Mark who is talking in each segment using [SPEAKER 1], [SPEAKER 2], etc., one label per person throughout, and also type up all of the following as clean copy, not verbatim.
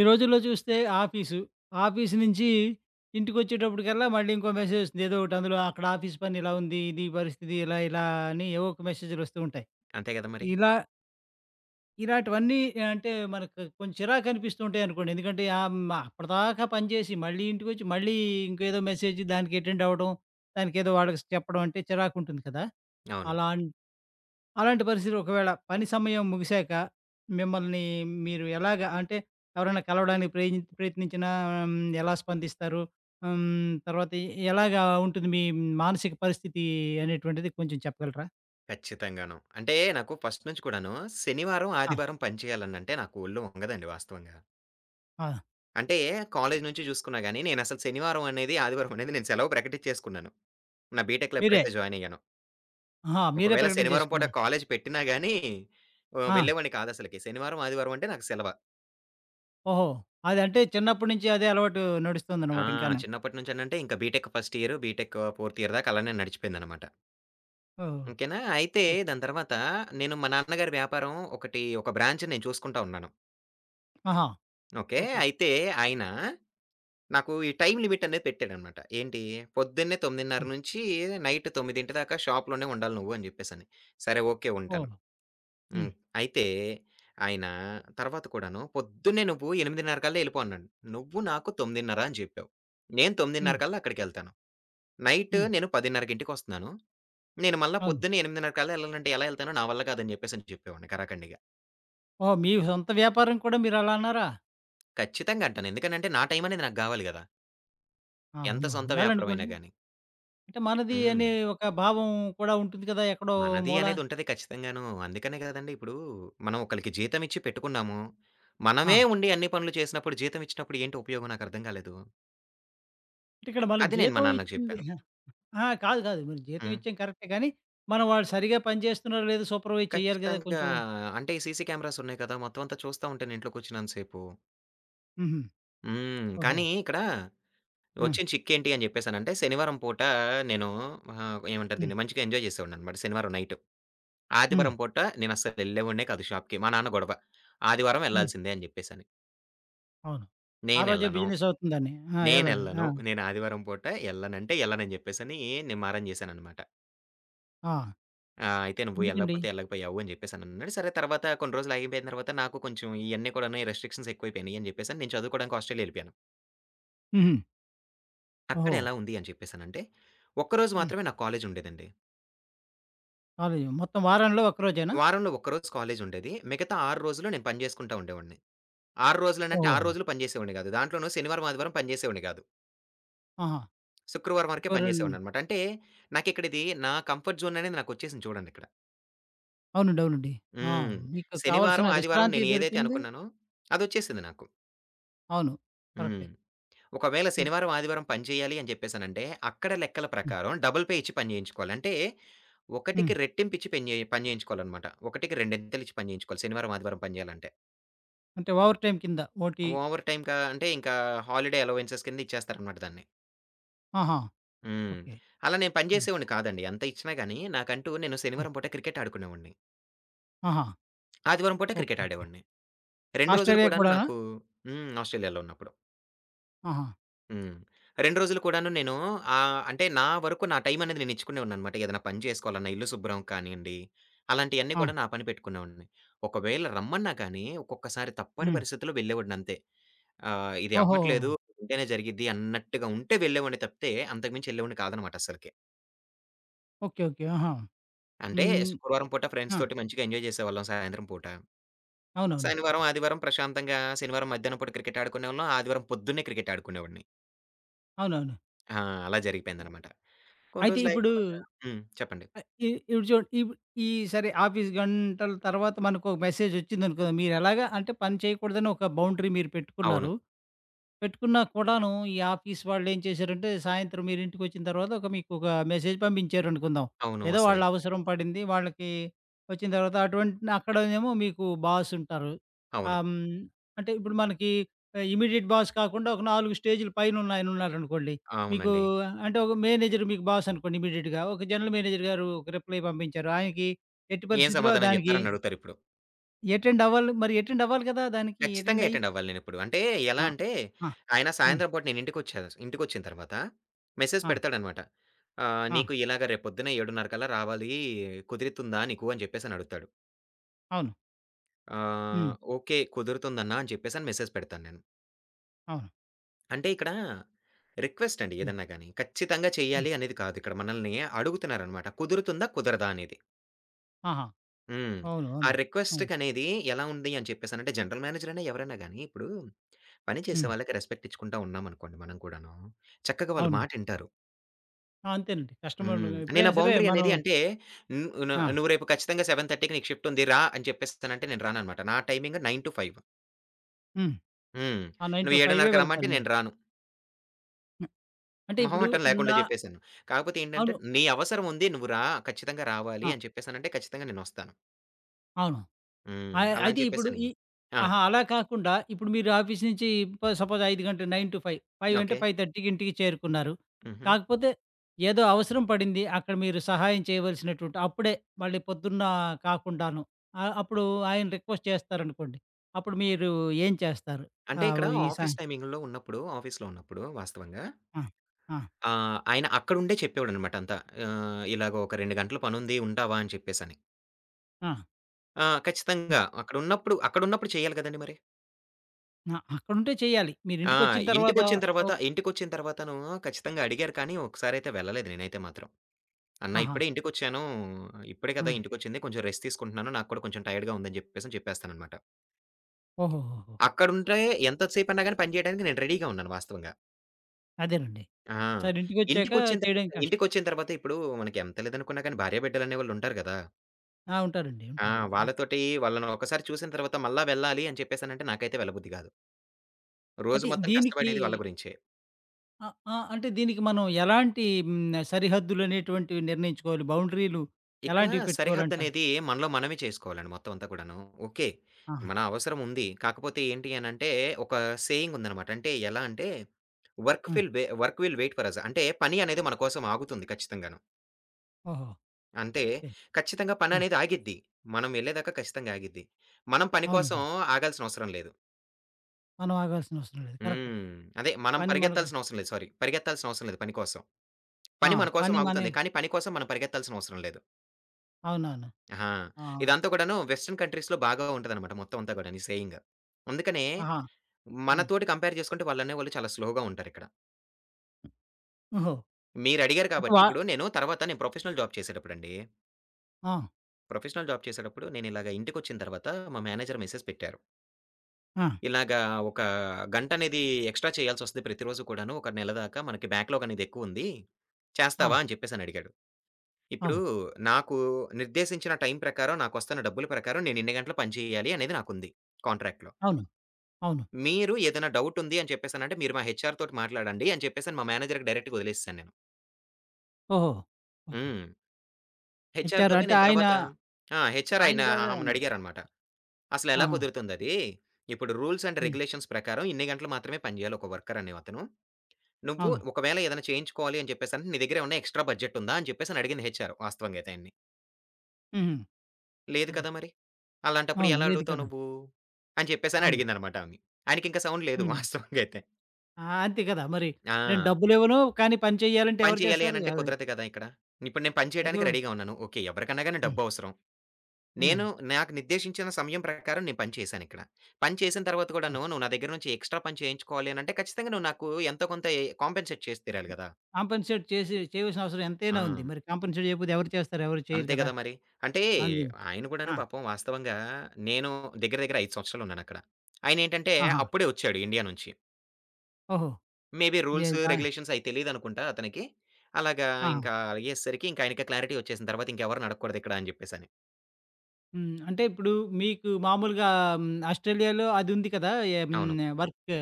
[SPEAKER 1] ఈ రోజుల్లో చూస్తే ఆఫీసు. ఆఫీసు నుంచి ఇంటికొచ్చేటప్పటికల్లా మళ్ళీ ఇంకో మెసేజ్ వస్తుంది. ఏదో ఒకటి అందులో అక్కడ ఆఫీస్ పని ఇలా ఉంది. ఇది పరిస్థితి ఇలా ఇలా అని ఏవో ఒక మెసేజ్‌లు వస్తూ ఉంటాయి.
[SPEAKER 2] అంతే గదా మరి.
[SPEAKER 1] ఇలా ఇలాంటివన్నీ అంటే మనకు కొంచెం చిరాకు అనిపిస్తూ ఉంటాయనుకోండి. ఎందుకంటే అప్పటిదాకా పని చేసి మళ్ళీ ఇంటికొచ్చి మళ్ళీ ఇంకేదో మెసేజ్ దానికి అటెండ్ అవ్వడం, దానికేదో వాళ్ళకి చెప్పడం అంటే చిరాకుంటుంది కదా!
[SPEAKER 2] అవును.
[SPEAKER 1] అలాం అలాంటి పరిస్థితిలో ఒకవేళ పని సమయం ముగిశాక మిమ్మల్ని మీరు ఎలాగ అంటే ఎవరైనా కలవడానికి ప్రయత్నించినా ఎలా స్పందిస్తారు? తర్వాత ఎలాగా ఉంటుంది మీ మానసిక పరిస్థితి అనేటువంటిది కొంచెం చెప్పగలరా?
[SPEAKER 2] ఖచ్చితంగాను. అంటే నాకు ఫస్ట్ నుంచి కూడాను శనివారం,
[SPEAKER 1] ఆ!
[SPEAKER 2] ఆదివారం పని చేయాలనంటే నాకు ఒళ్ళు వంగదండి వాస్తవంగా.
[SPEAKER 1] ఆ!
[SPEAKER 2] అంటే కాలేజీ నుంచి చూసుకున్నా గాని నేనసలు శనివారం అనేది, ఆదివారం అనేది నేను సెలవు ప్రకటించేసుకున్నాను. నా బీటెక్‌లో
[SPEAKER 1] మీరే.
[SPEAKER 2] ఎప్పుడైతే జాయిన్ అయ్యానో.
[SPEAKER 1] ఆహా! మీరే
[SPEAKER 2] ఒకవేళ శనివారం పూట
[SPEAKER 1] ప్రకటించేసుకున్నారు.
[SPEAKER 2] కాలేజీ పెట్టినా గాని
[SPEAKER 1] ఆ!
[SPEAKER 2] వెళ్ళేవాడిని కాదసలకి. శనివారం, ఆదివారం అంటే నాకు సెలవ.
[SPEAKER 1] ఓహో! అదంటే చిన్నప్పటి నుంచి అదే అలవాటు
[SPEAKER 2] ఆ!
[SPEAKER 1] నడుస్తుందనమాట ఇంకాను.
[SPEAKER 2] చిన్నప్పటి నుంచేనంటే ఇంకా B Tech first year, B Tech fourth year దాకా అలానే నడిచిపోయిందనమాట.
[SPEAKER 1] ఓహ్!
[SPEAKER 2] ఓకేనా? అయితే
[SPEAKER 1] ఓకే.
[SPEAKER 2] దాని తర్వాత నేను మా నాన్నగారి వ్యాపారం ఒకటి ఒక బ్రాంచ్ నేను చూసుకుంటా ఉన్నాను.
[SPEAKER 1] ఆహా!
[SPEAKER 2] ఓకే.
[SPEAKER 1] ఓకే.
[SPEAKER 2] అయితే ఆయన నాకు ఈ టైమ్ లిమిట్ అనేది పెట్టాడనమాట. ఏంటి పొద్దున్నే 9:30
[SPEAKER 1] హ్మ్.
[SPEAKER 2] నుంచి నైట్ 9:00 దాకా షాప్‌లోనే ఉండాలి నువ్వు అని జెప్పేసని. సరే ఓకే. ఉంటాను.
[SPEAKER 1] ఓహ్! హ్మ్.
[SPEAKER 2] హ్మ్. అయితే ఆయన తర్వాత కూడాను పొద్దున్నే నువ్వు 8:30 కల్లా ఎళ్ళిపో అన్నాడు. నువ్వు నాకు 9:30 అని జెప్పావు. నేను 9:30
[SPEAKER 1] హ్మ్.
[SPEAKER 2] కల్లా అక్కడికెళ్తాను. నైట్
[SPEAKER 1] హ్మ్.
[SPEAKER 2] నేను 10:30కి ఇంటికొస్తున్నాను. నేను మళ్ళా
[SPEAKER 1] అవును.
[SPEAKER 2] పొద్దున్నే 8:30 కల్లా ఎళ్ళాలంటే ఎలా ఎళ్తానో నా వల్ల కాదని జెప్పేసని చెప్పేవాడిని కరాకండిగా.
[SPEAKER 1] ఓహ్! మీ సొంత వ్యాపారం కూడా మీరలా అన్నారా?
[SPEAKER 2] ఖచ్చితంగా అంటాను. ఎందుకనంటే నా టైం అనేది నాకు గావాలి గదా!
[SPEAKER 1] ఆ!
[SPEAKER 2] ఎంత
[SPEAKER 1] అవును.
[SPEAKER 2] సొంత వ్యాపారమైనా
[SPEAKER 1] ఉండాలనుకోండి.
[SPEAKER 2] గాని.
[SPEAKER 1] అంటే మనది
[SPEAKER 2] హ్మ్.
[SPEAKER 1] అనే ఒక భావం కూడా ఉంటుంది కదా! ఎక్కడో
[SPEAKER 2] మనది
[SPEAKER 1] మూల.
[SPEAKER 2] అనేదుంటది ఖచ్చితంగాను. అందుకనే గదండీ ఇప్పుడు మనం ఒకళ్ళకి జీతం ఇచ్చి పెట్టుకున్నాము.
[SPEAKER 1] ఆ!
[SPEAKER 2] మనమే ఉండి అన్ని పనులు చేసినప్పుడు జీతం ఇచ్చినప్పుడు ఏంటి ఉపయోగం నాకర్థం కాలేదు.
[SPEAKER 1] అంటే ఇక్కడ మనం
[SPEAKER 2] అది నేను మా
[SPEAKER 1] జీతం
[SPEAKER 2] నాన్నకి
[SPEAKER 1] ఇచ్చింది
[SPEAKER 2] జెప్పాను.
[SPEAKER 1] అహా! కాదు, కాదు. మీరు జీతం
[SPEAKER 2] హ్మ్.
[SPEAKER 1] ఇచ్చాం కరెక్టే కానీ, మనం వాళ్ళు సరిగ్గా పని చేస్తున్నారో లేదో సూపర్వైజ్ చేయాలి కదా!
[SPEAKER 2] ఖచ్చితంగా
[SPEAKER 1] కొంచెం.
[SPEAKER 2] అంటే ఈ సీసీ కెమెరాస్ ఉన్నాయి కదా! మొత్తం అంతా చూస్తా ఉంటాను ఇంట్లో కూర్చున్నంత సేపు.
[SPEAKER 1] హుహు.
[SPEAKER 2] హ్మ్.
[SPEAKER 1] ఓహో!
[SPEAKER 2] కానీ ఇక్కడ
[SPEAKER 1] హ్మ్.
[SPEAKER 2] వచ్చిన చిక్కేంటి అని జెప్పేసనంటే శనివారం పూట నేను ఏమంటారు
[SPEAKER 1] హ్మ్.
[SPEAKER 2] దీన్ని మంచిగా ఎంజాయ్ జేసేవాడిననమాట శనివారం నైట్.
[SPEAKER 1] హ్మ్.
[SPEAKER 2] ఆదివారం పూట నేనస్సలు ఎళ్ళేవాడినే కాదు షాప్‌కి. మా నాన్న గొడవ. ఆదివారం
[SPEAKER 1] హ్మ్.
[SPEAKER 2] ఎళ్ళాల్సిందే అని జెప్పేసని.
[SPEAKER 1] అవును. ఆ రోజే
[SPEAKER 2] నేనెళ్ళను.
[SPEAKER 1] బిజినెస్ అవుతుందని. ఆ! ఎళ్లరు. ఆ!
[SPEAKER 2] నేనెళ్ళను. నేను ఆదివారం పూట ఎళ్ళనంటే ఎళ్ళనని జెప్పేసని నేను మారం జేశాననమాట.
[SPEAKER 1] ఆ!
[SPEAKER 2] ఆ! అయితే నువ్వు
[SPEAKER 1] ఎందుకండి?
[SPEAKER 2] ఎళ్ళకపోతే ఎళ్ళకపోయావు అని జెప్పేసనన్నాడు. సరే తర్వాత కొన్ని రోజులు ఆగిపోయిన తర్వాత నాకు కొంచెం ఇయన్నీ కూడాను రెస్ట్రిక్షన్స్ ఎక్కువైపోయినియి అని జెప్పేసని నేను చదువుకోవడానికి ఆస్ట్రేలియా ఎళ్ళిపోయాను.
[SPEAKER 1] హుహు.
[SPEAKER 2] అక్కడ
[SPEAKER 1] ఓహో!
[SPEAKER 2] ఎలా ఉంది అని చెప్పేసనంటే, ఒక్కరోజు
[SPEAKER 1] హ్మ్.
[SPEAKER 2] మాత్రమే నాకు కాలేజుండేదండి.
[SPEAKER 1] కాలేజు మొత్తం వారంలో ఒక్కరోజేనా?
[SPEAKER 2] వారంలో ఒక్కరోజు కాలేజుండేది. మిగతా 6 రోజులు నేను పని జేసుకుంటా ఉండేవాడిని. 6 రోజులనంటే 6
[SPEAKER 1] ఓహో!
[SPEAKER 2] రోజులు పని జేసేవాడిని గాదు. దాంట్లోనూ శనివారం, ఆదివారం పని జేసేవాడిని గాదు.
[SPEAKER 1] ఆహా!
[SPEAKER 2] శుక్రవారం వరకే
[SPEAKER 1] ఇంకో
[SPEAKER 2] పని
[SPEAKER 1] రెండు
[SPEAKER 2] జేసేవాడిననమాట. అంటే నాకిక్కడిది నా కంఫర్ట్ జోన్ అనేది నాకొచ్చేసింది చూడండిక్కడ.
[SPEAKER 1] అవునండి. అవునండి. ఆ!
[SPEAKER 2] హ్మ్.
[SPEAKER 1] మీకు కావాల్సిన
[SPEAKER 2] శనివారం, ఆదివారం
[SPEAKER 1] విశ్రాంతి
[SPEAKER 2] నేను ఏదైతే
[SPEAKER 1] దొరికింది.
[SPEAKER 2] అనుకున్నానో అదొచ్చేసింది నాకు.
[SPEAKER 1] అవును.
[SPEAKER 2] హ్మ్.
[SPEAKER 1] కరెక్టే.
[SPEAKER 2] ఒకవేళ శనివారం, ఆదివారం పని చేయాలి అని చెప్పేసనంటే, అక్కడ లెక్కల
[SPEAKER 1] ఇ
[SPEAKER 2] ప్రకారం డబుల్ పే ఇచ్చి పని చేయించుకోవాలి. అంటే ఒకటికి
[SPEAKER 1] హ్మ్.
[SPEAKER 2] రెట్టింపు ఇచ్చి పెని చేయి పని చేయించుకోవాలనమాట. ఒకటికి రెండింతలు ఇచ్చి పని చేయించుకోవాలి శనివారం, ఆదివారం పని చేయాలంటే.
[SPEAKER 1] అంటే ఓవర్ టైమ్ కింద ఓటీ.
[SPEAKER 2] ఓవర్ టైమ్ క అంటే ఇంకా హాలిడే అలవెన్సెస్ కింద ఇచ్చేస్తారనమాట దాన్ని.
[SPEAKER 1] ఆహా!
[SPEAKER 2] హ్మ్.
[SPEAKER 1] ఓకే.
[SPEAKER 2] అలా నేను పని
[SPEAKER 1] హ్మ్.
[SPEAKER 2] చేసేవాడిని కాదండి. ఎంత ఇచ్చినా గాని నాకంటూ నేను
[SPEAKER 1] హ్మ్.
[SPEAKER 2] శనివారం పూట క్రికెట్ ఆడుకునేవాడిని.
[SPEAKER 1] ఆహా!
[SPEAKER 2] ఆదివారం పూట
[SPEAKER 1] ఓకే.
[SPEAKER 2] Cricket
[SPEAKER 1] okay.
[SPEAKER 2] ఆడేవాడిని. 2 రోజులు
[SPEAKER 1] ఆస్ట్రేలియా
[SPEAKER 2] కూడాను
[SPEAKER 1] కూడానా?
[SPEAKER 2] నాకు హ్మ్. ఆస్ట్రేలియాలో ఉన్నప్పుడు.
[SPEAKER 1] ఆహా!
[SPEAKER 2] హ్మ్. 2 రోజులు కూడాను నేను అంటే నా వరకు నా టైం అనేది నేను ఇచ్చుకునేవాడిననమాట. ఏదైనా పని చేసుకోవాలన్నా ఇల్లు శుభ్రం కానియండి, అలాంటియన్నీ
[SPEAKER 1] ఆ!
[SPEAKER 2] కూడా నా పని పెట్టుకునేవాడిని. ఒకవేళ రమ్మన్నా కానీ ఒక్కొక్కసారి తప్పని
[SPEAKER 1] హ్మ్.
[SPEAKER 2] పరిస్థితుల్లో వెళ్ళేవాడినంతే. ఇది
[SPEAKER 1] ఓహోహో!
[SPEAKER 2] అవ్వట్లేదు ఉంటేనే జరిగిద్ది అన్నట్టుగా ఉంటే వెళ్ళేవాడిని తప్పితే అంతకుమించి వెళ్ళేవాడిని కాదనమాట అస్సలకి.
[SPEAKER 1] ఓకే. ఓకే. ఆహా!
[SPEAKER 2] అంటే
[SPEAKER 1] హ్మ్.
[SPEAKER 2] శుక్రవారం పూట
[SPEAKER 1] ఆ!
[SPEAKER 2] ఫ్రెండ్స్ తోటి మంచిగా ఎంజాయ్ చేసేవాళ్ళం సాయంత్రం పూట.
[SPEAKER 1] అవునవును.
[SPEAKER 2] శనివారం, ఆదివారం ప్రశాంతంగా శనివారం మధ్యాహ్నం పూట క్రికెట్ ఆడుకునేవాళ్ళం. ఆదివారం పొద్దున్నే క్రికెట్ ఆడుకునేవాడిని.
[SPEAKER 1] అవునవును.
[SPEAKER 2] ఆ! అలా జరిగిపోయిందనమాట. కొన్ని
[SPEAKER 1] అయితే
[SPEAKER 2] రోజులు అయిన
[SPEAKER 1] ఇప్పుడు
[SPEAKER 2] తర్వాత హ్మ్. చెప్పండి.
[SPEAKER 1] ఆహ్, ఇ ఇప్పుడు చూడండి. ఇప్ ఈ సరే ఆఫీస్ గంటల తర్వాత మనకు ఒక మెసేజ్ వచ్చిందనుకో, మీరెలాగా అంటే పని చేయకూడదని ఒక బౌండరీ మీరు
[SPEAKER 2] అవును.
[SPEAKER 1] పెట్టుకున్నారు. పెట్టుకున్నా కూడాను, ఈ ఆఫీస్ వాళ్ళేం చేశారంటే, సాయంత్రం మీరింటికొచ్చిన తర్వాత ఒక మీకొక మెసేజ్ పంపించారనుకుందాం.
[SPEAKER 2] అవును.
[SPEAKER 1] ఏదో వాళ్ళ
[SPEAKER 2] వస్తది.
[SPEAKER 1] అవసరం పడింది. వాళ్ళకి వచ్చిన తర్వాత అటువంటి అక్కడనేమో మీకు బాసుంటారు.
[SPEAKER 2] అవును.
[SPEAKER 1] ఆహ్, హ్మ్, అంటే ఇప్పుడు మనకి ఇమ్మీడియేట్ బాస్ కాకుండా ఒక 4 స్టేజ్‌లు పైనున్నాయనున్నారనుకోండి. మీకు
[SPEAKER 2] అవునండి.
[SPEAKER 1] అంటే ఒక మేనేజర్ మీకు బాసనుకోండి ఇమ్మీడియేట్‌గా. ఒక జనరల్ మేనేజర్ గారు ఒక రిప్లై పంపించారు. ఆయనకి ఎట్టి
[SPEAKER 2] ఏం
[SPEAKER 1] పరిస్థితిలో
[SPEAKER 2] సమాధానం
[SPEAKER 1] దానికి
[SPEAKER 2] జెప్తారని అడుగుతారిప్పుడు.
[SPEAKER 1] అటెండ్ అవ్వాలి. మరి అటెండ్ అవ్వాలి కదా! దానికి
[SPEAKER 2] ఖచ్చితంగా
[SPEAKER 1] అటెండ్ అయ్యి
[SPEAKER 2] అటెండ్ అవ్వాలి నేనిప్పుడు. అంటే ఎలా
[SPEAKER 1] ఆ!
[SPEAKER 2] అంటే,
[SPEAKER 1] ఆ!
[SPEAKER 2] ఆయన
[SPEAKER 1] హ్మ్.
[SPEAKER 2] సాయంత్రం పూట నేను ఇంటికొచ్చా ఇంటికొచ్చిన తర్వాత మెసేజ్
[SPEAKER 1] ఆ!
[SPEAKER 2] పెడతాడనమాట.
[SPEAKER 1] ఆ!
[SPEAKER 2] "నీకు ఇలాగ రేపొద్దున 7:30 కల్లా రావాలి కుదురుతుందా నీకు?" అని జెప్పేసని అడుగుతాడు.
[SPEAKER 1] అవును. హ్మ్.
[SPEAKER 2] "ఓకే. కుదురుతుందన్నా" అని చెప్పేసని మెసేజ్ పెడతాను నేను.
[SPEAKER 1] అవును.
[SPEAKER 2] అంటే ఇక్కడ రిక్వెస్ట్ అండి
[SPEAKER 1] హ్మ్.
[SPEAKER 2] ఏదన్నా గాని. ఖచ్చితంగా
[SPEAKER 1] హ్మ్.
[SPEAKER 2] చేయాలి అనేది కాదు. ఇక్కడ మనల్ని అడుగుతున్నారనమాట. కుదురుతుందా? కుదరదా? అనేది.
[SPEAKER 1] ఆహా!
[SPEAKER 2] హ్మ్.
[SPEAKER 1] అవును.
[SPEAKER 2] ఆ
[SPEAKER 1] అవును. హ్మ్.
[SPEAKER 2] రిక్వెస్ట్‌కనేది ఎలా ఉంది అని చెప్పేసనంటే, జనరల్ మేనేజర్ అయినా ఎవరైనా గాని, ఇప్పుడు పని చేసే
[SPEAKER 1] హ్మ్.
[SPEAKER 2] వాళ్ళకి రెస్పెక్ట్ ఇచ్చుకుంటా ఉన్నామనుకోండి మనం కూడాను, చక్కగా వాళ్ళు
[SPEAKER 1] అవును.
[SPEAKER 2] మాటింటారు.
[SPEAKER 1] ఆ! అంతేనండి. కస్టమర్‌లు
[SPEAKER 2] హ్మ్. నేను
[SPEAKER 1] ఎప్పుడైనా
[SPEAKER 2] ఆ
[SPEAKER 1] సరే
[SPEAKER 2] బౌండరీ
[SPEAKER 1] మనం
[SPEAKER 2] అనేది అంటే, ను ను
[SPEAKER 1] ఆ!
[SPEAKER 2] నువ్వు రేపు ఖచ్చితంగా 7:30కి నీకు షిఫ్ట్ ఉంది రా అని చెప్పేసానంటే నేను రాననమాట. నా టైమింగ్ 9-5
[SPEAKER 1] హ్మ్.
[SPEAKER 2] హ్మ్.
[SPEAKER 1] ఆ
[SPEAKER 2] నువ్వు
[SPEAKER 1] 9-5
[SPEAKER 2] 7:30కి రమ్మంటే
[SPEAKER 1] వెళ్తారు మీరు.
[SPEAKER 2] నేను రాను.
[SPEAKER 1] ఉమ్, అంటే ఇప్పుడు
[SPEAKER 2] మొహమాటం లేకుండా
[SPEAKER 1] నా
[SPEAKER 2] చెప్పేసాను. కాకపోతే ఏంటంటే,
[SPEAKER 1] అవును.
[SPEAKER 2] నీ అవసరం ఉంది నువ్వు రా, ఖచ్చితంగా రావాలి
[SPEAKER 1] ఆ!
[SPEAKER 2] అని చెప్పేసనంటే ఖచ్చితంగా నేనొస్తాను.
[SPEAKER 1] అవును.
[SPEAKER 2] హ్మ్. అలా
[SPEAKER 1] అయితే
[SPEAKER 2] అని
[SPEAKER 1] ఇప్పుడు
[SPEAKER 2] చెప్పేసని
[SPEAKER 1] ఈ
[SPEAKER 2] ఆ!
[SPEAKER 1] అహా! అలా కాకుండా ఇప్పుడు మీరు ఆఫీస్ నుంచి సపోజ్ 5 గంటలు 9-5, 5 అంటే
[SPEAKER 2] ఓకే.
[SPEAKER 1] 5:30కి ఇంటికి చేరుకున్నారు.
[SPEAKER 2] హుహు.
[SPEAKER 1] కాకపోతే ఏదో అవసరం పడింది. అక్కడ మీరు సహాయం చేయవలసినటువంటి అప్పుడే మళ్ళీ పొద్దున్న కాకుండాను. అప్పుడు ఆయన రిక్వెస్ట్ చేస్తారనుకోండి. అప్పుడు మీరు ఏం చేస్తారు?
[SPEAKER 2] అంటే
[SPEAKER 1] ఆహ్,
[SPEAKER 2] ఇక్కడ
[SPEAKER 1] ఈ
[SPEAKER 2] ఆఫీస్
[SPEAKER 1] సాయం
[SPEAKER 2] టైమింగ్‌లో ఉన్నప్పుడు, ఆఫీస్‌లో ఉన్నప్పుడు వాస్తవంగా
[SPEAKER 1] ఆ! ఆ!
[SPEAKER 2] ఆయన అక్కడుండే చెప్పేవాడనమాట అంతా. ఇలాగ ఒక 2 గంటలు పనుంది ఉంటావా? అని చెప్పేసని.
[SPEAKER 1] ఆ!
[SPEAKER 2] ఆ!
[SPEAKER 1] ఓహ్!
[SPEAKER 2] ఖచ్చితంగా అక్కడున్నప్పుడు, అక్కడున్నప్పుడు చేయాలి గదండీ మరి.
[SPEAKER 1] ఆ! అక్కడుంటే చేయాలి. మీరు
[SPEAKER 2] ఆ!
[SPEAKER 1] ఇంటికొచ్చిన తర్వాత
[SPEAKER 2] ఇంటికొచ్చిన తర్వాత,
[SPEAKER 1] ఓహ్!
[SPEAKER 2] ఇంటికొచ్చిన తర్వాతను ఖచ్చితంగా అడిగారు కానీ, ఒకసారైతే వెళ్ళలేదు నేనైతే మాత్రం. "అన్న
[SPEAKER 1] ఆహా!
[SPEAKER 2] ఇప్పుడే ఇంటికొచ్చాను. ఇప్పుడే
[SPEAKER 1] ఆ!
[SPEAKER 2] కదా ఇంటికొచ్చింది. కొంచెం రెస్ట్ తీసుకుంటున్నాను. నాకు కూడా కొంచెం టైర్డ్‌గా ఉందని" జెప్పేసని చెప్పేస్తాననమాట.
[SPEAKER 1] ఓహోహోహో!
[SPEAKER 2] అక్కడుంటే ఎంత సేపన్నా గాని పని జేయడానికి నేను రెడీగా ఉన్నాను వాస్తవంగా.
[SPEAKER 1] అదేనండి.
[SPEAKER 2] ఆ!
[SPEAKER 1] ఒకసారి ఇంటికొచ్చాక చేయడం కష్టం.
[SPEAKER 2] ఇంటికొచ్చిన తర్వాత ఇప్పుడు మనకి ఎంత లేదనుకున్నా కానీ భార్య బిడ్డలనేవాళ్ళుంటారు గదా!
[SPEAKER 1] ఆ! ఉంటారండి.
[SPEAKER 2] ఆ!
[SPEAKER 1] ఉంటారు.
[SPEAKER 2] వాళ్ళతోటి వాళ్ళని ఒకసారి చూసిన తర్వాత మళ్ళా వెళ్ళాలి అని చెప్పేసనంటే నాకైతే వెళ్ళబుద్ధి గాదు. రోజు
[SPEAKER 1] అయితే
[SPEAKER 2] మొత్తం
[SPEAKER 1] దీనికి
[SPEAKER 2] కష్టపడేది వాళ్ళ గురించే.
[SPEAKER 1] ఆ! ఆ! అంటే దీనికి మనం ఎలాంటి సరిహద్దులనేటువంటివి నిర్ణయించుకోవాలి? బౌండరీలు
[SPEAKER 2] ఇక్కడ
[SPEAKER 1] ఎలాంటివి పెట్టుకోవాలంటారు?
[SPEAKER 2] సరిహద్దనేది మనలో మనమే చేసుకోవాలండి మొత్తం అంతా కూడాను. ఓకే.
[SPEAKER 1] ఆ!
[SPEAKER 2] మన అవసరం ఉంది. కాకపోతే ఏంటి అనంటే ఒక సేయింగ్ ఉందనమాట. అంటే ఎలా అంటే work
[SPEAKER 1] hmm.
[SPEAKER 2] Feel way work will wait for us అంటే పని అనేది మన కోసం ఆగుతుంది ఖచ్చితంగాను.
[SPEAKER 1] ఓహో!
[SPEAKER 2] అంటే
[SPEAKER 1] ఓకే.
[SPEAKER 2] ఖచ్చితంగా
[SPEAKER 1] ఆ!
[SPEAKER 2] పననేది ఆగిద్ది. మనం వెళ్ళేదాకా ఖచ్చితంగా ఆగిద్ది. మనం పని కోసం
[SPEAKER 1] అవునండి.
[SPEAKER 2] ఆగాల్సిన అవసరం లేదు.
[SPEAKER 1] మనం ఆగాల్సిన అవసరం లేదు. కరెక్టే.
[SPEAKER 2] హ్మ్. అదే మనం
[SPEAKER 1] పని మనకు
[SPEAKER 2] పరిగెత్తాల్సిన అవసరం లేదు. సారీ. పరిగెత్తాల్సిన అవసరం లేదు పని కోసం.
[SPEAKER 1] ఆ!
[SPEAKER 2] పని మన కోసం
[SPEAKER 1] పని మన
[SPEAKER 2] ఆగుతుంది. కానీ పని కోసం మనం పరిగెత్తాల్సిన అవసరం లేదు.
[SPEAKER 1] అవునవును.
[SPEAKER 2] ఆహా!
[SPEAKER 1] ఆ!
[SPEAKER 2] ఇదంతా కూడాను వెస్టర్న్ కంట్రీస్‌లో బాగా ఉంటదనమాట మొత్తం అంతా కూడాను ఈ సేయింగ్. అందుకనే
[SPEAKER 1] ఆహా! హ్మ్.
[SPEAKER 2] మనతోటి కంపేర్ చేసుకుంటే వాళ్ళనేవాళ్ళు చాలా స్లోగా ఉంటారిక్కడ.
[SPEAKER 1] ఓహో!
[SPEAKER 2] మీరడిగారు
[SPEAKER 1] అంటే
[SPEAKER 2] కాబట్టి ఇప్పుడు నేను తర్వాత నేను ప్రొఫెషనల్ జాబ్ చేసేటప్పుడండి,
[SPEAKER 1] ఆ!
[SPEAKER 2] ప్రొఫెషనల్ జాబ్ చేసేటప్పుడు నేను ఇలాగ ఇంటికొచ్చిన తర్వాత మా మేనేజర్ మెసేజ్ పెట్టారు.
[SPEAKER 1] ఆ!
[SPEAKER 2] ఇలాగా ఒక గంటనేది ఎక్స్‌ట్రా చేయాల్సొస్తది ప్రతిరోజు కూడాను. ఒక నెల దాకా మనకి బ్యాక్‌లాగ్ అనేదెక్కువుంది.
[SPEAKER 1] ఆ!
[SPEAKER 2] చేస్తావా? అని చెప్పేసనడిగాడు. ఇప్పుడు
[SPEAKER 1] అవును.
[SPEAKER 2] నాకు నిర్దేశించిన టైం ప్రకారం, నాకొస్తున్న డబ్బుల ప్రకారం నేను ఇన్ని గంటలు పని చేయాలి అనేది నాకుంది కాంట్రాక్ట్‌లో.
[SPEAKER 1] అవును. అవును.
[SPEAKER 2] మీరు ఏదైనా డౌటుంది అని చెప్పేసనంటే, మీరు మా హెచ్‌ఆర్ తోటి మాట్లాడండి అని చెప్పేసని మా మేనేజర్‌కి డైరెక్ట్‌గా వదిలేసేసాను నేను.
[SPEAKER 1] ఓహో! ఓకే.
[SPEAKER 2] హ్మ్. హెచ్‌ఆర్
[SPEAKER 1] ఇచ్చారు.
[SPEAKER 2] తోటి
[SPEAKER 1] అంటే
[SPEAKER 2] నేను
[SPEAKER 1] ఆయన
[SPEAKER 2] తర్వాత ఆ! హెచ్‌ఆర్
[SPEAKER 1] ఆయన
[SPEAKER 2] ఆయన
[SPEAKER 1] కాదా
[SPEAKER 2] ఆమెనడిగారనమాట. "అసలెలా
[SPEAKER 1] ఆహా!
[SPEAKER 2] కుదురుతుందది? ఇప్పుడు రూల్స్ అండ్
[SPEAKER 1] హ్మ్.
[SPEAKER 2] రెగ్యులేషన్స్ ప్రకారం ఇన్ని గంటలు మాత్రమే పని చేయాలి ఒక వర్కర్ అనే అతను. నువ్వు
[SPEAKER 1] అవును.
[SPEAKER 2] ఒకవేళ ఏదైనా చేయించుకోవాలి అని చెప్పేసంటే, నీ దగ్గర ఏమన్నా ఎక్స్‌ట్రా బడ్జెట్ ఉందా? అని చెప్పేసని అడిగింది హెచ్ఆర్ వాస్తవంగా అయితే ఆయన్ని.
[SPEAKER 1] హుహు.
[SPEAKER 2] లేదు
[SPEAKER 1] అదే.
[SPEAKER 2] కదా మరి! అలాంటప్పుడు
[SPEAKER 1] అవును.
[SPEAKER 2] ఎలా
[SPEAKER 1] లేదు
[SPEAKER 2] అడుగుతావు
[SPEAKER 1] కదా!
[SPEAKER 2] నువ్వు? అని చెప్పేసని
[SPEAKER 1] అవును.
[SPEAKER 2] అడిగిందనమాట ఆమె. ఆయనకింకా సౌండ్ లేదు
[SPEAKER 1] హ్మ్.
[SPEAKER 2] వాస్తవంగా అయితే.
[SPEAKER 1] ఆ! అంతే కదా! మరి నేను
[SPEAKER 2] ఆ!
[SPEAKER 1] డబ్బులివ్వను, కానీ పని చెయ్యాలంటే
[SPEAKER 2] పని
[SPEAKER 1] ఎవరు
[SPEAKER 2] చేయాలి
[SPEAKER 1] చేస్తారు?
[SPEAKER 2] అనంటే
[SPEAKER 1] ఎవరు
[SPEAKER 2] కుదరదు కదా ఇక్కడ. ఇప్పుడు నేను పని
[SPEAKER 1] ఏదో
[SPEAKER 2] చేయడానికి రెడీగా ఉన్నాను. ఓకే. ఎవరికన్నా గాని
[SPEAKER 1] హ్మ్.
[SPEAKER 2] డబ్బవసరం.
[SPEAKER 1] హ్మ్.
[SPEAKER 2] నేను నాకు నిర్దేశించిన సమయం ప్రకారం నేను పని చేశానిక్కడ. పని చేసిన తర్వాత కూడాను
[SPEAKER 1] హ్మ్.
[SPEAKER 2] నువ్వు నువ్వు నా దగ్గర నుంచి ఎక్స్‌ట్రా పని చేయించుకోవాలి అనంటే ఖచ్చితంగా నువ్వు నాకు ఎంతో కొంత కాంపెన్సేట్ చేసి తీరాలి
[SPEAKER 1] హ్మ్.
[SPEAKER 2] గదా!
[SPEAKER 1] కాంపెన్సేట్ చేసి చేయవలసిన అవసరం
[SPEAKER 2] ఆ!
[SPEAKER 1] ఎంతైనా ఉంది. మరి కాంపెన్సేట్ చేయకపోతే ఎవరు చేస్తారు? ఎవరు చేయరు
[SPEAKER 2] అంతే
[SPEAKER 1] కదా!
[SPEAKER 2] కదా మరి. అంటే
[SPEAKER 1] అందు
[SPEAKER 2] ఆయన కూడాను
[SPEAKER 1] ఆ!
[SPEAKER 2] పాపం వాస్తవంగా నేను దగ్గర దగ్గర 5 సంవత్సరాలున్నానక్కడ. ఆయనేంటంటే
[SPEAKER 1] ఆహా!
[SPEAKER 2] అప్పుడే ఒచ్చాడు ఇండియా నుంచి.
[SPEAKER 1] ఓహో!
[SPEAKER 2] Maybe rules,
[SPEAKER 1] ఇదేంటా?
[SPEAKER 2] రెగ్యులేషన్స్ అయి తెలీదనుకుంటా అతనికి. అలాగా
[SPEAKER 1] ఆహా!
[SPEAKER 2] ఇంకా అయ్యేసరికి ఇంక ఆయనకి క్లారిటీ ఒచ్చేసిన తర్వాత ఇంకెవరిని అడగకూడదిక్కడ అని జెప్పేసని.
[SPEAKER 1] హ్మ్. అంటే ఇప్పుడు మీకు మామూలుగా ఆస్ట్రేలియాలో అది ఉంది కదా! ఎం
[SPEAKER 2] అవును.
[SPEAKER 1] వర్క్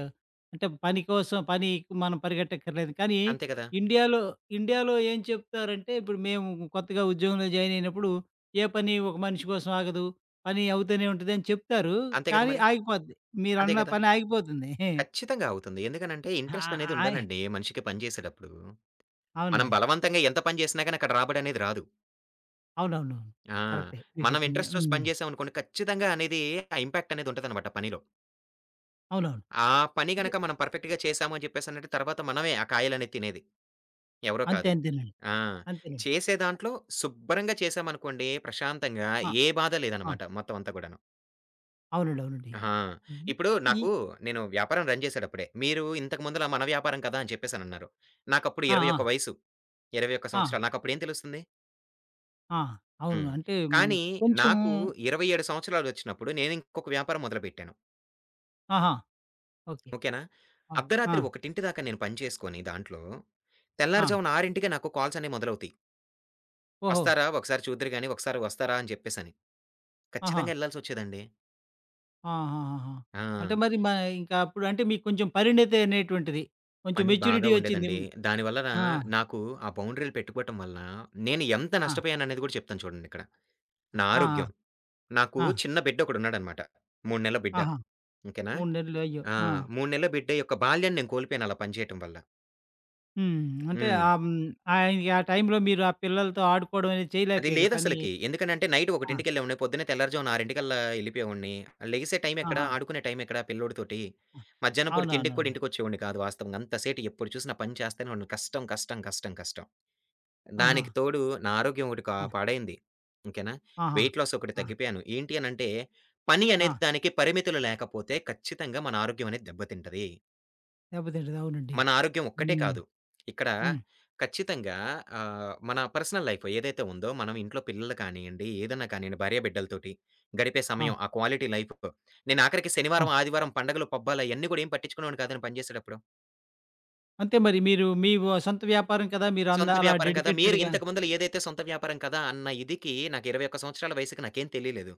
[SPEAKER 1] అంటే పని కోసం పని మనం పరిగెట్టక్కర్లేదు. కానీ
[SPEAKER 2] అంతే కదా!
[SPEAKER 1] ఇండియాలో, ఇండియాలో ఏం చెప్తారంటే ఇప్పుడు మేము కొత్తగా ఉద్యోగంలో జాయిన్ అయినప్పుడు ఏ పని ఒక మనిషి కోసం ఆగదు. పని అవుతూనే ఉంటదని చెప్తారు.
[SPEAKER 2] అంతే కదా
[SPEAKER 1] కానీ
[SPEAKER 2] మరి!
[SPEAKER 1] ఆగిపోద్ది.
[SPEAKER 2] అంతే
[SPEAKER 1] మీరన్న
[SPEAKER 2] కదా!
[SPEAKER 1] పని ఆగిపోతుంది.
[SPEAKER 2] ఖచ్చితంగా అవుతుంది. ఎందుకనంటే
[SPEAKER 1] ఆ!
[SPEAKER 2] ఇంట్రెస్ట్ అనేది
[SPEAKER 1] ఆయ్
[SPEAKER 2] ఉండాలండి మనిషికి పని జేసేటప్పుడు. మనం
[SPEAKER 1] అవునండి.
[SPEAKER 2] బలవంతంగా ఎంత పని జేసినా గాని అక్కడ రాబడనేది రాదు.
[SPEAKER 1] అవునవునవును.
[SPEAKER 2] ఆ!
[SPEAKER 1] కరెక్టే. మీరు
[SPEAKER 2] మనం
[SPEAKER 1] చెప్పింది.
[SPEAKER 2] ఇంట్రెస్ట్ చూసి
[SPEAKER 1] హ్మ్.
[SPEAKER 2] పని జేసామనుకోండి ఖచ్చితంగా అనేది ఆ ఇంపాక్ట్ అనేది ఉంటదనమాట పనిలో.
[SPEAKER 1] అవునవును.
[SPEAKER 2] ఆ పని
[SPEAKER 1] అంటే
[SPEAKER 2] గనక మనం పర్ఫెక్ట్‌గా చేశాము అని చెప్పేసనంటే తర్వాత మనమే ఆ కాయలనేవి తినేది. ఎవరో కాదు.
[SPEAKER 1] అంతేనండి.
[SPEAKER 2] ఆ!
[SPEAKER 1] అంతేనండి.
[SPEAKER 2] చేసే దాంట్లో శుభ్రంగా చేశామనుకోండి ప్రశాంతంగా
[SPEAKER 1] ఆ!
[SPEAKER 2] ఏ బాధ
[SPEAKER 1] ఆ!
[SPEAKER 2] లేదనమాట మొత్తం అంతా గూడాను.
[SPEAKER 1] అవునండి. అవునండి.
[SPEAKER 2] ఆ!
[SPEAKER 1] హ్మ్.
[SPEAKER 2] ఇప్పుడు
[SPEAKER 1] ఈ
[SPEAKER 2] నాకు నేను వ్యాపారం రన్ చేసేటప్పుడే, మీరు ఇంతకు ముందుల మన వ్యాపారం కదా! అని చెప్పేసనన్నారు. నాకప్పుడు
[SPEAKER 1] ఆ! ఆ!
[SPEAKER 2] 21 వయసు. 21
[SPEAKER 1] ఆ!
[SPEAKER 2] సంవత్సరాలు. నాకప్పుడేం తెలుస్తుంది?
[SPEAKER 1] ఆ! అవును.
[SPEAKER 2] హ్మ్.
[SPEAKER 1] అంటే
[SPEAKER 2] కానీ
[SPEAKER 1] కొంచెం
[SPEAKER 2] నాకు 27 సంవత్సరాలొచ్చినప్పుడు నేను ఇంకొక వ్యాపారం మొదలుపెట్టాను.
[SPEAKER 1] ఆహా! ఓకే.
[SPEAKER 2] ఓకేనా?
[SPEAKER 1] ఆ! ఆ!
[SPEAKER 2] అర్ధరాత్రి 1 దాకా నేను పని చేసుకొని దాంట్లో,
[SPEAKER 1] ఆ!
[SPEAKER 2] తెల్లారుజామున 6కే నాకు కాల్స్ అనేవి మొదలవుతాయి.
[SPEAKER 1] ఓహో!
[SPEAKER 2] "వస్తారా? ఒకసారి చూద్దురు గాని, ఒకసారి వస్తారా?" అని చెప్పేసని.
[SPEAKER 1] ఆహా!
[SPEAKER 2] ఖచ్చితంగా ఎళ్ళాల్సొచ్చేదండి.
[SPEAKER 1] ఆహాహాహా!
[SPEAKER 2] ఆ!
[SPEAKER 1] అంటే మరి మా ఇంకా అప్పుడు అంటే మీకు కొంచెం పరిణతి అనేటువంటిది, కొంచెం
[SPEAKER 2] పని బాగా
[SPEAKER 1] మెచ్యూరిటీ వచ్చింది.
[SPEAKER 2] ఉండేదండి. దానివల్లన
[SPEAKER 1] ఆ!
[SPEAKER 2] నాకు ఆ బౌండరీలు పెట్టుకోవటం వలన, నేను ఎంత
[SPEAKER 1] ఆ!
[SPEAKER 2] నష్టపోయాననేది కూడా చెప్తాను చూడండిక్కడ. నా
[SPEAKER 1] ఆ!
[SPEAKER 2] ఆరోగ్యం. నాకు
[SPEAKER 1] ఆ!
[SPEAKER 2] చిన్న బిడ్డొకడున్నాడనమాట. 3 నెలల బిడ్డ.
[SPEAKER 1] ఆహా!
[SPEAKER 2] ఓకేనా?
[SPEAKER 1] 3 నెలలు అయ్యో!
[SPEAKER 2] ఆ!
[SPEAKER 1] ఆ!
[SPEAKER 2] 3 నెలల బిడ్డ యొక్క బాల్యాన్ని నేను కోల్పోయాను అలా పని చేయటం వల్ల.
[SPEAKER 1] హ్మ్. అంటే
[SPEAKER 2] హ్మ్.
[SPEAKER 1] ఆయనకి ఆ టైంలో మీరు ఆ పిల్లలతో ఆడుకోవడం అనేది
[SPEAKER 2] అది
[SPEAKER 1] చేయలేకపోయారు. పని
[SPEAKER 2] లేదసలకి. ఎందుకనంటే నైట్
[SPEAKER 1] ఆ!
[SPEAKER 2] 1:00కెళ్ళేవాడిని. పొద్దున్నే తెల్లారుజామున 6:00కల్లా ఎళ్ళిపోయేవాడిని. లెగిసే టైమెక్కడ?
[SPEAKER 1] ఆహా!
[SPEAKER 2] ఆడుకునే టైమెక్కడ పిల్లోడితోటి?
[SPEAKER 1] ఆ!
[SPEAKER 2] మధ్యాహ్నం పూట తిండికి కూడా
[SPEAKER 1] అవునవునవును.
[SPEAKER 2] ఇంటికొచ్చేవాడిని కాదు వాస్తవంగా. అంతసేటు ఎప్పుడు చూసినా పని చేస్తూనే ఉన్నాను. కష్టం, కష్టం, కష్టం, కష్టం.
[SPEAKER 1] ఆహా!
[SPEAKER 2] దానికి తోడు నా ఆరోగ్యం ఒకటి కా
[SPEAKER 1] ఆ!
[SPEAKER 2] పాడైంది. ఓకేనా?
[SPEAKER 1] ఆహా!
[SPEAKER 2] వెయిట్ లాస్ ఒకటి
[SPEAKER 1] ఆ!
[SPEAKER 2] తగ్గిపోయాను. ఏంటి అనంటే పని అనే
[SPEAKER 1] ఆ!
[SPEAKER 2] దానికి పరిమితులు లేకపోతే ఖచ్చితంగా మన ఆరోగ్యం అనేది దెబ్బతింటది.
[SPEAKER 1] దెబ్బతింటది. అవునండి.
[SPEAKER 2] మన ఆరోగ్యం ఒక్కటే
[SPEAKER 1] హ్మ్.
[SPEAKER 2] కాదు. ఇక్కడ
[SPEAKER 1] హ్మ్.
[SPEAKER 2] ఖచ్చితంగా మన పర్సనల్ లైఫ్ ఏదైతే ఉందో, మనం ఇంట్లో పిల్లలు కానియండి, ఏదన్నా కానియండి, భార్య బిడ్డలతోటి గడిపే
[SPEAKER 1] ఆ!
[SPEAKER 2] సమయం, ఆ క్వాలిటీ లైఫ్ నేను ఆఖరికి
[SPEAKER 1] ఆ!
[SPEAKER 2] శనివారం, ఆదివారం పండగలు, పబ్బాలు అయన్నీ కూడా ఏం పట్టించుకునేవాడిని కాదండి పనిచేసేటప్పుడు.
[SPEAKER 1] అంతే మరి మీరు మీ సొంత వ్యాపారం కదా! మీరు
[SPEAKER 2] సొంత
[SPEAKER 1] అలా
[SPEAKER 2] వ్యాపారం కదా! మీరు
[SPEAKER 1] డెడికేటెడ్‌గా
[SPEAKER 2] ఇంతకు ముందుల ఏదైతే సొంత వ్యాపారం కదా! అన్న ఇదికి నాకు 21 సంవత్సరాల వయసుకి నాకేం తెలియలేదు.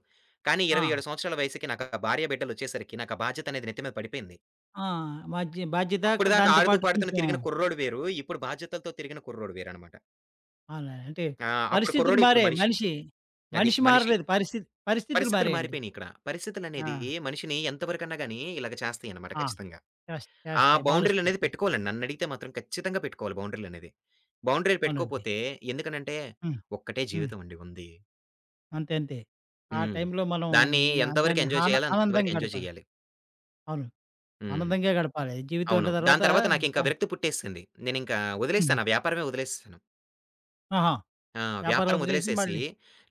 [SPEAKER 2] కానీ
[SPEAKER 1] ఆ!
[SPEAKER 2] 27 సంవత్సరాల వయసుకి నాకు ఆ భార్య బిడ్డలొచ్చేసరికి నాకు ఆ బాధ్యత అనేది నెత్తి మీద పడిపోయింది.
[SPEAKER 1] ఆ! బాధ్యత
[SPEAKER 2] అప్పటిదాకా
[SPEAKER 1] దాంతో
[SPEAKER 2] ఆడుతూ,
[SPEAKER 1] పాటు
[SPEAKER 2] పాడుతూనే
[SPEAKER 1] కొంచెం
[SPEAKER 2] తిరిగిన కుర్రోడు వేరు. ఇప్పుడు బాధ్యతలతో తిరిగిన కుర్రోడు వేరనమాట.
[SPEAKER 1] అలా అంటే
[SPEAKER 2] ఆ! అప్పుడు
[SPEAKER 1] పరిస్థితులు
[SPEAKER 2] కుర్రోడు ఇప్పుడు
[SPEAKER 1] మారాయి.
[SPEAKER 2] మనిషి. అది
[SPEAKER 1] మనిషి
[SPEAKER 2] మనిషి.
[SPEAKER 1] మారలేదు. పరిస్థితులు
[SPEAKER 2] పరిస్థితులు
[SPEAKER 1] మారాయండి.
[SPEAKER 2] మారిపోయినిక్కడ.
[SPEAKER 1] ఆ!
[SPEAKER 2] పరిస్థితులనేది మనిషిని ఎంత వరకన్నా గాని ఇలాగ చేస్తాయన్నమాట
[SPEAKER 1] ఆ!
[SPEAKER 2] ఖచ్చితంగా. ఆ
[SPEAKER 1] చేస్తాయి. మారుస్తాయి.
[SPEAKER 2] బౌండరీలనేది
[SPEAKER 1] పరి
[SPEAKER 2] పెట్టుకోవాలండి. నన్నడిగితే మాత్రం ఖచ్చితంగా పెట్టుకోవాలి బౌండరీలనేది. బౌండరీలు
[SPEAKER 1] అవునండి.
[SPEAKER 2] పెట్టుకోపోతే ఎందుకనంటే
[SPEAKER 1] హ్మ్.
[SPEAKER 2] ఒక్కటే
[SPEAKER 1] హ్మ్.
[SPEAKER 2] జీవితం అండి ఉంది.
[SPEAKER 1] అంతే అంతే. ఆ
[SPEAKER 2] హ్మ్.
[SPEAKER 1] టైంలో మనం
[SPEAKER 2] దాన్ని
[SPEAKER 1] ఆ
[SPEAKER 2] ఎంతవరకు
[SPEAKER 1] దాన్ని
[SPEAKER 2] ఎంజాయ్ చేయాలో అంతవరకు
[SPEAKER 1] ఆనందంగా
[SPEAKER 2] ఎంజాయ్
[SPEAKER 1] గడపాలి.
[SPEAKER 2] చేయాలి.
[SPEAKER 1] అవును.
[SPEAKER 2] హ్మ్.
[SPEAKER 1] ఆనందంగా గడపాలి. జీవితం
[SPEAKER 2] అవును.
[SPEAKER 1] ఉన్న తర్వాత
[SPEAKER 2] దాని తర్వాత
[SPEAKER 1] త
[SPEAKER 2] నాకింకా విరక్తి పుట్టేసింది. నేనింకా
[SPEAKER 1] హ్మ్.
[SPEAKER 2] వదిలేసాను. ఆ వ్యాపారమే వదిలేసేసాను.
[SPEAKER 1] ఆహా!
[SPEAKER 2] ఆ!
[SPEAKER 1] వ్యాపారం
[SPEAKER 2] వ్యాపారం
[SPEAKER 1] వదిలేసి
[SPEAKER 2] వదిలేసేసి
[SPEAKER 1] మళ్ళీ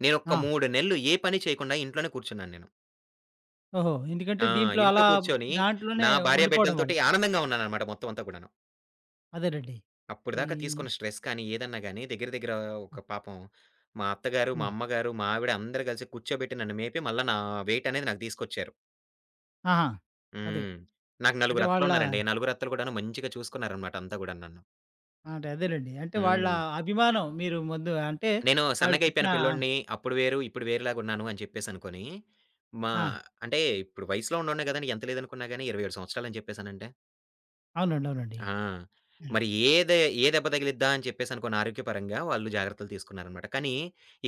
[SPEAKER 2] నేనొక
[SPEAKER 1] ఆ!
[SPEAKER 2] 3 నెలలు ఏ పని చేయకుండా ఇంట్లోనే కూర్చున్నాను నేను.
[SPEAKER 1] ఓహో! ఎందుకంటే
[SPEAKER 2] ఆ!
[SPEAKER 1] దీంట్లో
[SPEAKER 2] ఇంట్లో
[SPEAKER 1] అలా
[SPEAKER 2] కూర్చొని
[SPEAKER 1] దాంట్లోనే
[SPEAKER 2] నా భార్య
[SPEAKER 1] ఉండిపోవడం వల్ల.
[SPEAKER 2] బిడ్డలతోటి ఆనందంగా ఉన్నాననమాట మొత్తం అంతా కూడాను.
[SPEAKER 1] అదేనండి. ఈ
[SPEAKER 2] అప్పటిదాకా తీసుకున్న స్ట్రెస్ కానీ, ఏదన్నా గాని దగ్గర దగ్గర
[SPEAKER 1] ఆ!
[SPEAKER 2] ఒక పాపం మా అత్తగారు, మా
[SPEAKER 1] హ్మ్.
[SPEAKER 2] అమ్మగారు, మా ఆవిడ అందరూ కలిసి కూర్చోబెట్టి నన్ను మేపి మళ్ళా నా వెయిట్ అనేది నాకు తీసుకొచ్చారు.
[SPEAKER 1] ఆహా! అదే.
[SPEAKER 2] హ్మ్. నాకు
[SPEAKER 1] అంటే
[SPEAKER 2] నలుగురు
[SPEAKER 1] వాళ్ళ
[SPEAKER 2] అత్తలున్నారండి. నలుగురు అత్తలు కూడాను మంచిగా చూసుకున్నారనమాట అంతా గూడా నన్ను.
[SPEAKER 1] అంటే అదేనండి. అంటే వాళ్ళ
[SPEAKER 2] హ్మ్.
[SPEAKER 1] అభిమానం మీరు ముందు అంటే
[SPEAKER 2] నేను
[SPEAKER 1] వాళ్ళు పెట్టిన
[SPEAKER 2] సన్నగయిపోయాను పిల్లోడిని. అప్పుడు వేరు, ఇప్పుడు వేరులాగున్నాను అని చెప్పేసనుకోని, మా
[SPEAKER 1] ఆ!
[SPEAKER 2] అంటే ఇప్పుడు వయసులో ఉన్నోడినే గదండీ! ఎంత లేదనుకున్నా గాని 27 సంవత్సరాలని చెప్పేసనంటే.
[SPEAKER 1] అవునండి. అవునండి.
[SPEAKER 2] ఆ! మరి ఏ దెబ్బ తగిలిద్దా అని చెప్పేసనుకోని ఆరోగ్యపరంగా వాళ్ళు జాగ్రత్తలు తీసుకున్నారనమాట. కానీ,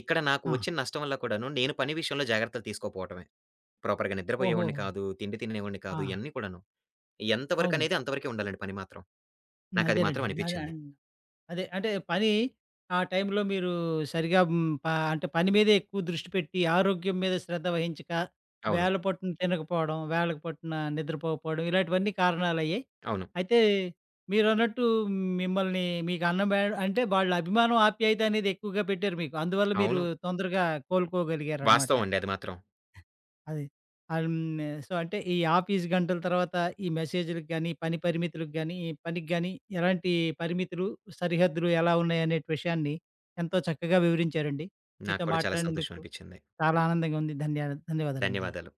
[SPEAKER 2] ఇక్కడ నాకు
[SPEAKER 1] ఆ!
[SPEAKER 2] వచ్చిన నష్టం వల్ల కూడాను నేను పని విషయంలో జాగ్రత్తలు తీసుకోపోవటమే. ప్రాపర్‌గా నిద్రపోయేవాడిని
[SPEAKER 1] ఓహోహో!
[SPEAKER 2] కాదు, తిండి తినేవాడిని
[SPEAKER 1] ఆ!
[SPEAKER 2] కాదు ఇయన్నీ కూడాను. ఎంత
[SPEAKER 1] అవును.
[SPEAKER 2] వరకనేది అంతవరకే ఉండాలండి పని మాత్రం. నాకది మాత్రం
[SPEAKER 1] అదేనండి. దాని
[SPEAKER 2] అనిపిచ్చింది.
[SPEAKER 1] అదే. అంటే పని ఆ టైంలో మీరు సరిగ్గా అంటే పని మీదే ఎక్కువ దృష్టి పెట్టి, ఆరోగ్యం మీద శ్రద్ధ వహించక,
[SPEAKER 2] అవును.
[SPEAKER 1] వేళ పట్టున తినకపోవడం, వేళకు పట్టున నిద్రపోకపోవడం ఇలాంటివన్నీ కారణాలయ్యాయి.
[SPEAKER 2] అవును.
[SPEAKER 1] అయితే మీరన్నట్టు మిమ్మల్ని మీకు అన్నం అంటే వాళ్ళ అభిమానం, ఆప్యాయత అనేది ఎక్కువగా పెట్టారు మీకు. అందువల్ల మీరు
[SPEAKER 2] అవును.
[SPEAKER 1] తొందరగా కోలుకోగలిగారనమాట.
[SPEAKER 2] వాస్తవం అండి అది మాత్రం.
[SPEAKER 1] అది. ఆహ్, హ్మ్. సో, అంటే ఈ ఆఫీస్ గంటల తర్వాత ఈ మెసేజ్‌లకి గాని, పని పరిమితులకు గాని, పనికి గాని ఎలాంటి పరిమితులు, సరిహద్దులు ఎలా ఉన్నాయనే విషయాన్ని ఎంతో చక్కగా వివరించారండి.
[SPEAKER 2] నాకు
[SPEAKER 1] మీతో
[SPEAKER 2] కూడా చాలా సంతోషం
[SPEAKER 1] మాట్లాడినందుకు
[SPEAKER 2] అనిపిచ్చింది.
[SPEAKER 1] చాలా ఆనందంగా ఉంది. ధన్యవాదాలండి.
[SPEAKER 2] ధన్యవాదాలు.